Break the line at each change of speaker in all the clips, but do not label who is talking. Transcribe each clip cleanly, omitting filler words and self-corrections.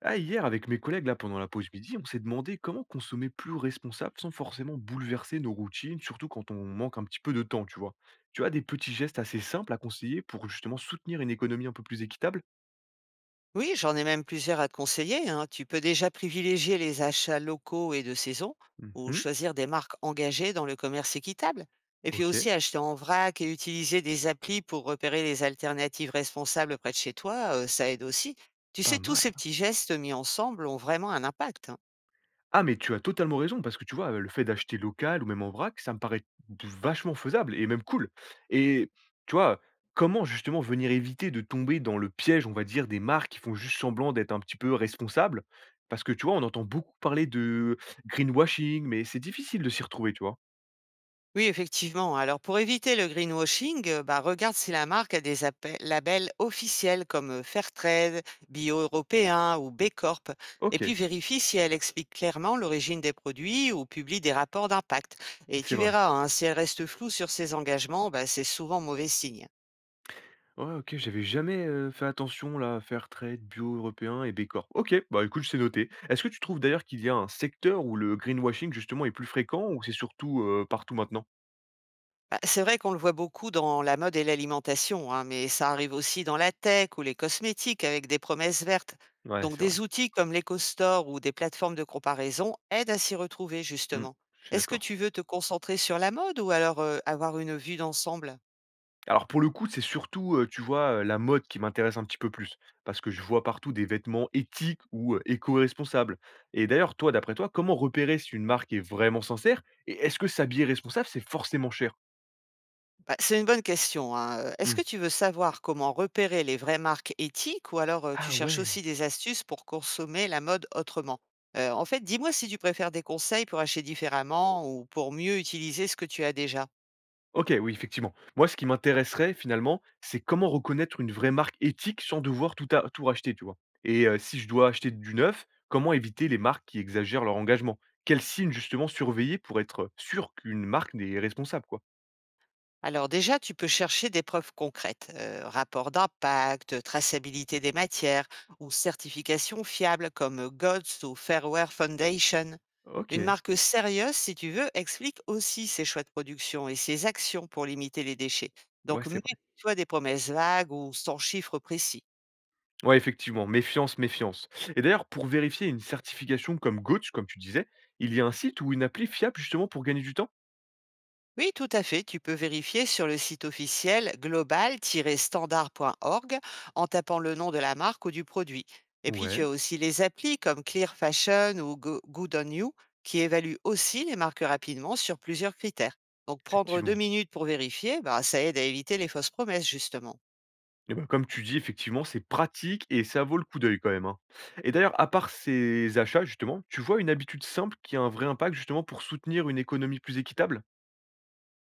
Ah, hier, avec mes collègues, là, pendant la pause midi, on s'est demandé comment consommer plus responsable sans forcément bouleverser nos routines, surtout quand on manque un petit peu de temps, tu vois. Tu as des petits gestes assez simples à conseiller pour justement soutenir une économie un peu plus équitable.
Oui, j'en ai même plusieurs à te conseiller, hein. Tu peux déjà privilégier les achats locaux et de saison ou
Mhm.
choisir des marques engagées dans le commerce équitable. Et puis
Ok,
aussi acheter en vrac et utiliser des applis pour repérer les alternatives responsables près de chez toi, ça aide aussi. Tu sais,
pas
tous ces
mal.
petits gestes mis ensemble ont vraiment un impact, hein.
Ah mais tu as totalement raison parce que tu vois, le fait d'acheter local ou même en vrac, ça me paraît vachement faisable et même cool. Et tu vois, comment justement venir éviter de tomber dans le piège, on va dire, des marques qui font juste semblant d'être un petit peu responsables? Parce que tu vois, on entend beaucoup parler de greenwashing, mais c'est difficile de s'y retrouver, tu vois?
Oui, effectivement. Alors, pour éviter le greenwashing, regarde si la marque a des labels officiels comme Fairtrade, Bio Européen ou B Corp. Et puis,
OK,
vérifie si elle explique clairement l'origine des produits ou publie des rapports d'impact. Et
c'est
tu
vrai.
verras, hein, si elle reste floue sur ses engagements, bah, c'est souvent mauvais signe.
Ouais, OK, j'avais jamais, fait attention là, à faire trade, bio européen et B Corp. OK, bah, écoute, c'est noté. Est-ce que tu trouves d'ailleurs qu'il y a un secteur où le greenwashing justement est plus fréquent ou c'est surtout, partout maintenant?
Bah, c'est vrai qu'on le voit beaucoup dans la mode et l'alimentation, hein, mais ça arrive aussi dans la tech ou les cosmétiques avec des promesses vertes.
Ouais,
Donc
c'est vrai.
des outils comme l'EcoStore ou des plateformes de comparaison aident à s'y retrouver
Mmh,
justement.
je suis
Est-ce que
d'accord.
tu veux te concentrer sur la mode ou alors avoir une vue d'ensemble?
Alors pour le coup, c'est surtout, tu vois, la mode qui m'intéresse un petit peu plus parce que je vois partout des vêtements éthiques ou, éco-responsables. Et d'ailleurs, toi, d'après toi, comment repérer si une marque est vraiment sincère? Et est-ce que s'habiller responsable, c'est forcément cher?
Bah, c'est une bonne question, hein. Est-ce que
Mmh.
tu veux savoir comment repérer les vraies marques éthiques ou alors, tu
Ah
cherches
ouais!
aussi des astuces pour consommer la mode autrement? En fait, dis-moi si tu préfères des conseils pour acheter différemment ou pour mieux utiliser ce que tu as déjà?
OK, oui, effectivement. Moi, ce qui m'intéresserait finalement, c'est comment reconnaître une vraie marque éthique sans devoir tout à tout racheter, tu vois? Et si je dois acheter du neuf, comment éviter les marques qui exagèrent leur engagement? Quels signes justement surveiller pour être, sûr qu'une marque n'est responsable, quoi?
Alors déjà, tu peux chercher des preuves concrètes, rapport d'impact, traçabilité des matières ou certifications fiables comme GOTS ou Fairware Foundation. Une
OK,
marque sérieuse, si tu veux, explique aussi ses choix de production et ses actions pour limiter les déchets.
ouais,
Donc,
c'est vrai.
mets-toi des promesses vagues ou sans chiffres précis.
Ouais, effectivement, méfiance, méfiance. Et d'ailleurs, pour vérifier une certification comme GOATS, comme tu disais, il y a un site ou une appli fiable justement pour gagner du temps?
Oui, tout à fait. Tu peux vérifier sur le site officiel global-standard.org en tapant le nom de la marque ou du produit. Et puis, tu as
Ouais,
aussi les applis comme Clear Fashion ou Good on You qui évaluent aussi les marques rapidement sur plusieurs critères. Donc, prendre deux
effectivement.
minutes pour vérifier, bah, ça aide à éviter les fausses promesses, justement.
Et bah, comme tu dis, effectivement, c'est pratique et ça vaut le coup d'œil quand même, hein. Et d'ailleurs, à part ces achats, justement, tu vois une habitude simple qui a un vrai impact justement pour soutenir une économie plus équitable?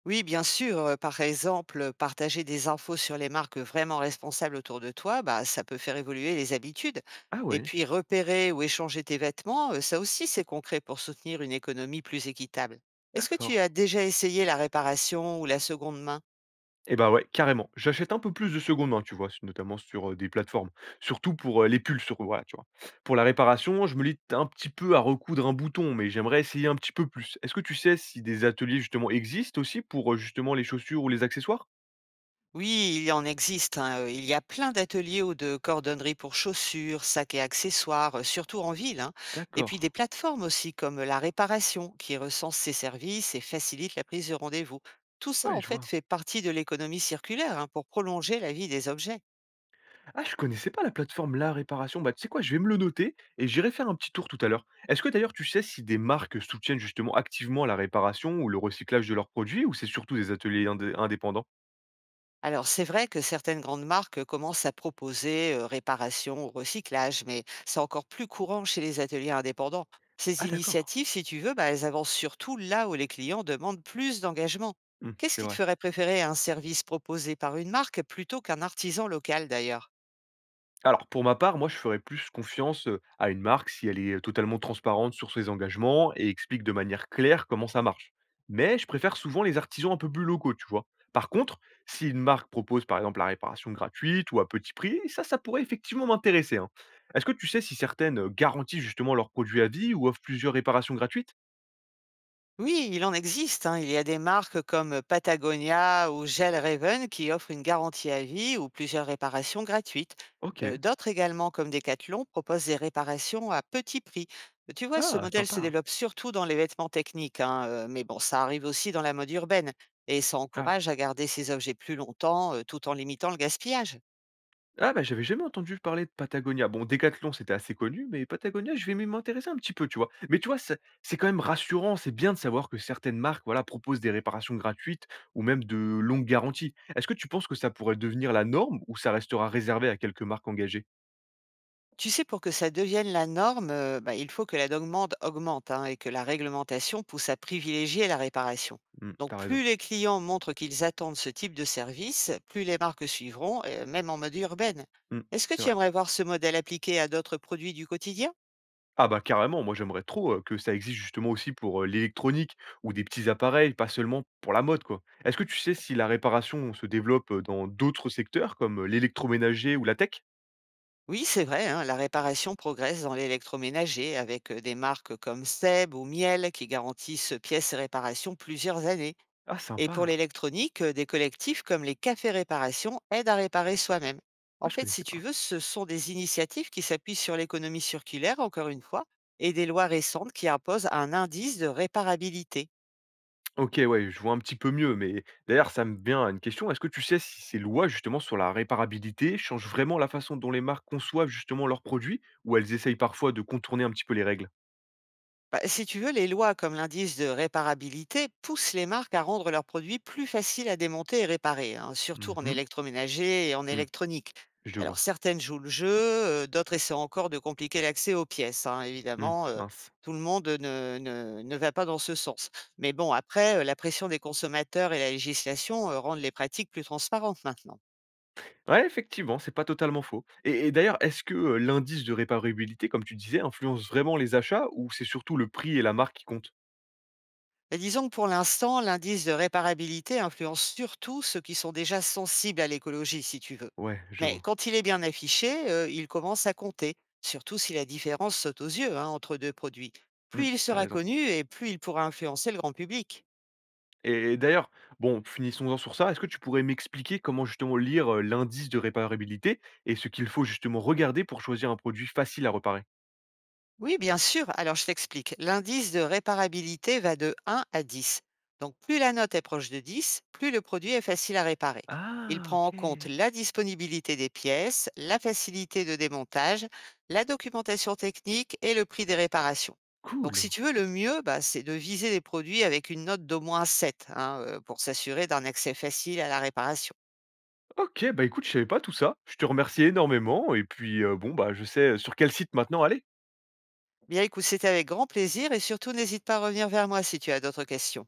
Oui, bien sûr. Par exemple, partager des infos sur les marques vraiment responsables autour de toi, bah, ça peut faire évoluer les habitudes.
Ah
Et
ouais,
puis, repérer ou échanger tes vêtements, ça aussi, c'est concret pour soutenir une économie plus équitable. Est-ce que tu
d'accord.
as déjà essayé la réparation ou la seconde main?
Et ben ouais, carrément. J'achète un peu plus de seconde main, tu vois, notamment sur des plateformes. Surtout pour les pulls, sur, voilà, tu vois. Pour la réparation, je me limite un petit peu à recoudre un bouton, mais j'aimerais essayer un petit peu plus. Est-ce que tu sais si des ateliers justement existent aussi pour justement les chaussures ou les accessoires?
Oui, il en existe, il y a plein d'ateliers ou de cordonneries pour chaussures, sacs et accessoires, surtout en ville, hein. Et puis
D'accord.
des plateformes aussi comme la réparation qui recense ces services et facilite la prise de rendez-vous. Tout ça,
Ouais,
en
je
fait,
vois.
fait partie de l'économie circulaire, hein, pour prolonger la vie des objets.
Ah, je connaissais pas la plateforme La Réparation. Bah, tu sais quoi, je vais me le noter et j'irai faire un petit tour tout à l'heure. Est-ce que d'ailleurs tu sais si des marques soutiennent justement activement la réparation ou le recyclage de leurs produits ou c'est surtout des ateliers indépendants?
Alors, c'est vrai que certaines grandes marques commencent à proposer réparation ou recyclage, mais c'est encore plus courant chez les ateliers indépendants. Ces
Ah, d'accord.
initiatives, si tu veux, bah, elles avancent surtout là où les clients demandent plus d'engagement.
Hmm,
Qu'est-ce
c'est
qui te
vrai.
ferait préférer un service proposé par une marque plutôt qu'un artisan local d'ailleurs?
Alors, pour ma part, moi, je ferais plus confiance, à une marque si elle est, totalement transparente sur ses engagements et explique de manière claire comment ça marche. Mais je préfère souvent les artisans un peu plus locaux, tu vois? Par contre, si une marque propose, par exemple, la réparation gratuite ou à petit prix, ça pourrait effectivement m'intéresser, hein. Est-ce que tu sais si certaines, garantissent justement leurs produits à vie ou offrent plusieurs réparations gratuites?
Oui, il en existe, hein. Il y a des marques comme Patagonia ou Gel Raven qui offrent une garantie à vie ou plusieurs réparations gratuites.
OK.
D'autres également, comme Decathlon, proposent des réparations à petit prix. Tu vois, ce
Ah,
modèle se
sympa.
développe surtout dans les vêtements techniques, mais bon, ça arrive aussi dans la mode urbaine et ça
Ah.
encourage à garder ces objets plus longtemps, tout en limitant le gaspillage.
Ah bah, j'avais jamais entendu parler de Patagonia. Bon, Decathlon, c'était assez connu, mais Patagonia, je vais m'intéresser un petit peu, tu vois? Mais tu vois, c'est quand même rassurant, c'est bien de savoir que certaines marques, voilà, proposent des réparations gratuites ou même de longues garanties. Est-ce que tu penses que ça pourrait devenir la norme ou ça restera réservé à quelques marques engagées?
Tu sais, pour que ça devienne la norme, il faut que la demande augmente, hein, et que la réglementation pousse à privilégier la réparation.
Mmh,
Donc
t'as raison.
plus les clients montrent qu'ils attendent ce type de service, plus les marques suivront, même en mode urbaine.
Mmh,
Est-ce que
c'est
tu
vrai.
aimerais voir ce modèle appliqué à d'autres produits du quotidien?
Ah bah carrément, moi j'aimerais trop que ça existe justement aussi pour l'électronique ou des petits appareils, pas seulement pour la mode quoi. Est-ce que tu sais si la réparation se développe dans d'autres secteurs comme l'électroménager ou la tech?
Oui, c'est vrai, hein, la réparation progresse dans l'électroménager avec, des marques comme Seb ou Miel qui garantissent pièces et réparations plusieurs années.
Ah
Et
sympa!
pour l'électronique, des collectifs comme les cafés réparation aident à réparer soi-même.
Ah
En
je
fait, si
connaissais
tu
pas.
veux, ce sont des initiatives qui s'appuient sur l'économie circulaire, encore une fois, et des lois récentes qui imposent un indice de réparabilité.
OK, ouais, je vois un petit peu mieux, mais d'ailleurs ça me vient à une question. Est-ce que tu sais si ces lois justement sur la réparabilité changent vraiment la façon dont les marques conçoivent justement leurs produits? Ou elles essayent parfois de contourner un petit peu les règles?
Bah, si tu veux, les lois comme l'indice de réparabilité poussent les marques à rendre leurs produits plus faciles à démonter et réparer, hein, surtout
Mmh
en
mh.
électroménager et en
Mmh,
électronique.
je
Alors
vois.
certaines jouent le jeu, d'autres essaient encore de compliquer l'accès aux pièces,
Mmh, mince.
tout le monde ne va pas dans ce sens. Mais bon, après, la pression des consommateurs et la législation rendent les pratiques plus transparentes maintenant.
Ouais, effectivement, c'est pas totalement faux. Et d'ailleurs, est-ce que, l'indice de réparabilité, comme tu disais, influence vraiment les achats ou c'est surtout le prix et la marque qui comptent?
Et disons que pour l'instant, l'indice de réparabilité influence surtout ceux qui sont déjà sensibles à l'écologie, si tu veux.
Ouais, je
Mais
vois.
quand il est bien affiché, il commence à compter, surtout si la différence saute aux yeux, hein, entre deux produits.
Mmh,
Plus il
tu
sera
raison.
connu et plus il pourra influencer le grand public.
Et d'ailleurs, bon, finissons-en sur ça. Est-ce que tu pourrais m'expliquer comment justement lire, l'indice de réparabilité et ce qu'il faut justement regarder pour choisir un produit facile à réparer?
Oui, bien sûr. Alors, je t'explique. L'indice de réparabilité va de 1 à 10. Donc, plus la note est proche de 10, plus le produit est facile à réparer. Il
Ah
prend en
OK.
compte la disponibilité des pièces, la facilité de démontage, la documentation technique et le prix des réparations. Donc,
Cool.
si tu veux, le mieux, bah, c'est de viser des produits avec une note d'au moins 7, hein, pour s'assurer d'un accès facile à la réparation.
OK, bah, écoute, je savais pas tout ça. Je te remercie énormément et puis, bon, bah, je sais sur quel site maintenant aller.
Bien, écoute, c'était avec grand plaisir et surtout, n'hésite pas à revenir vers moi si tu as d'autres questions.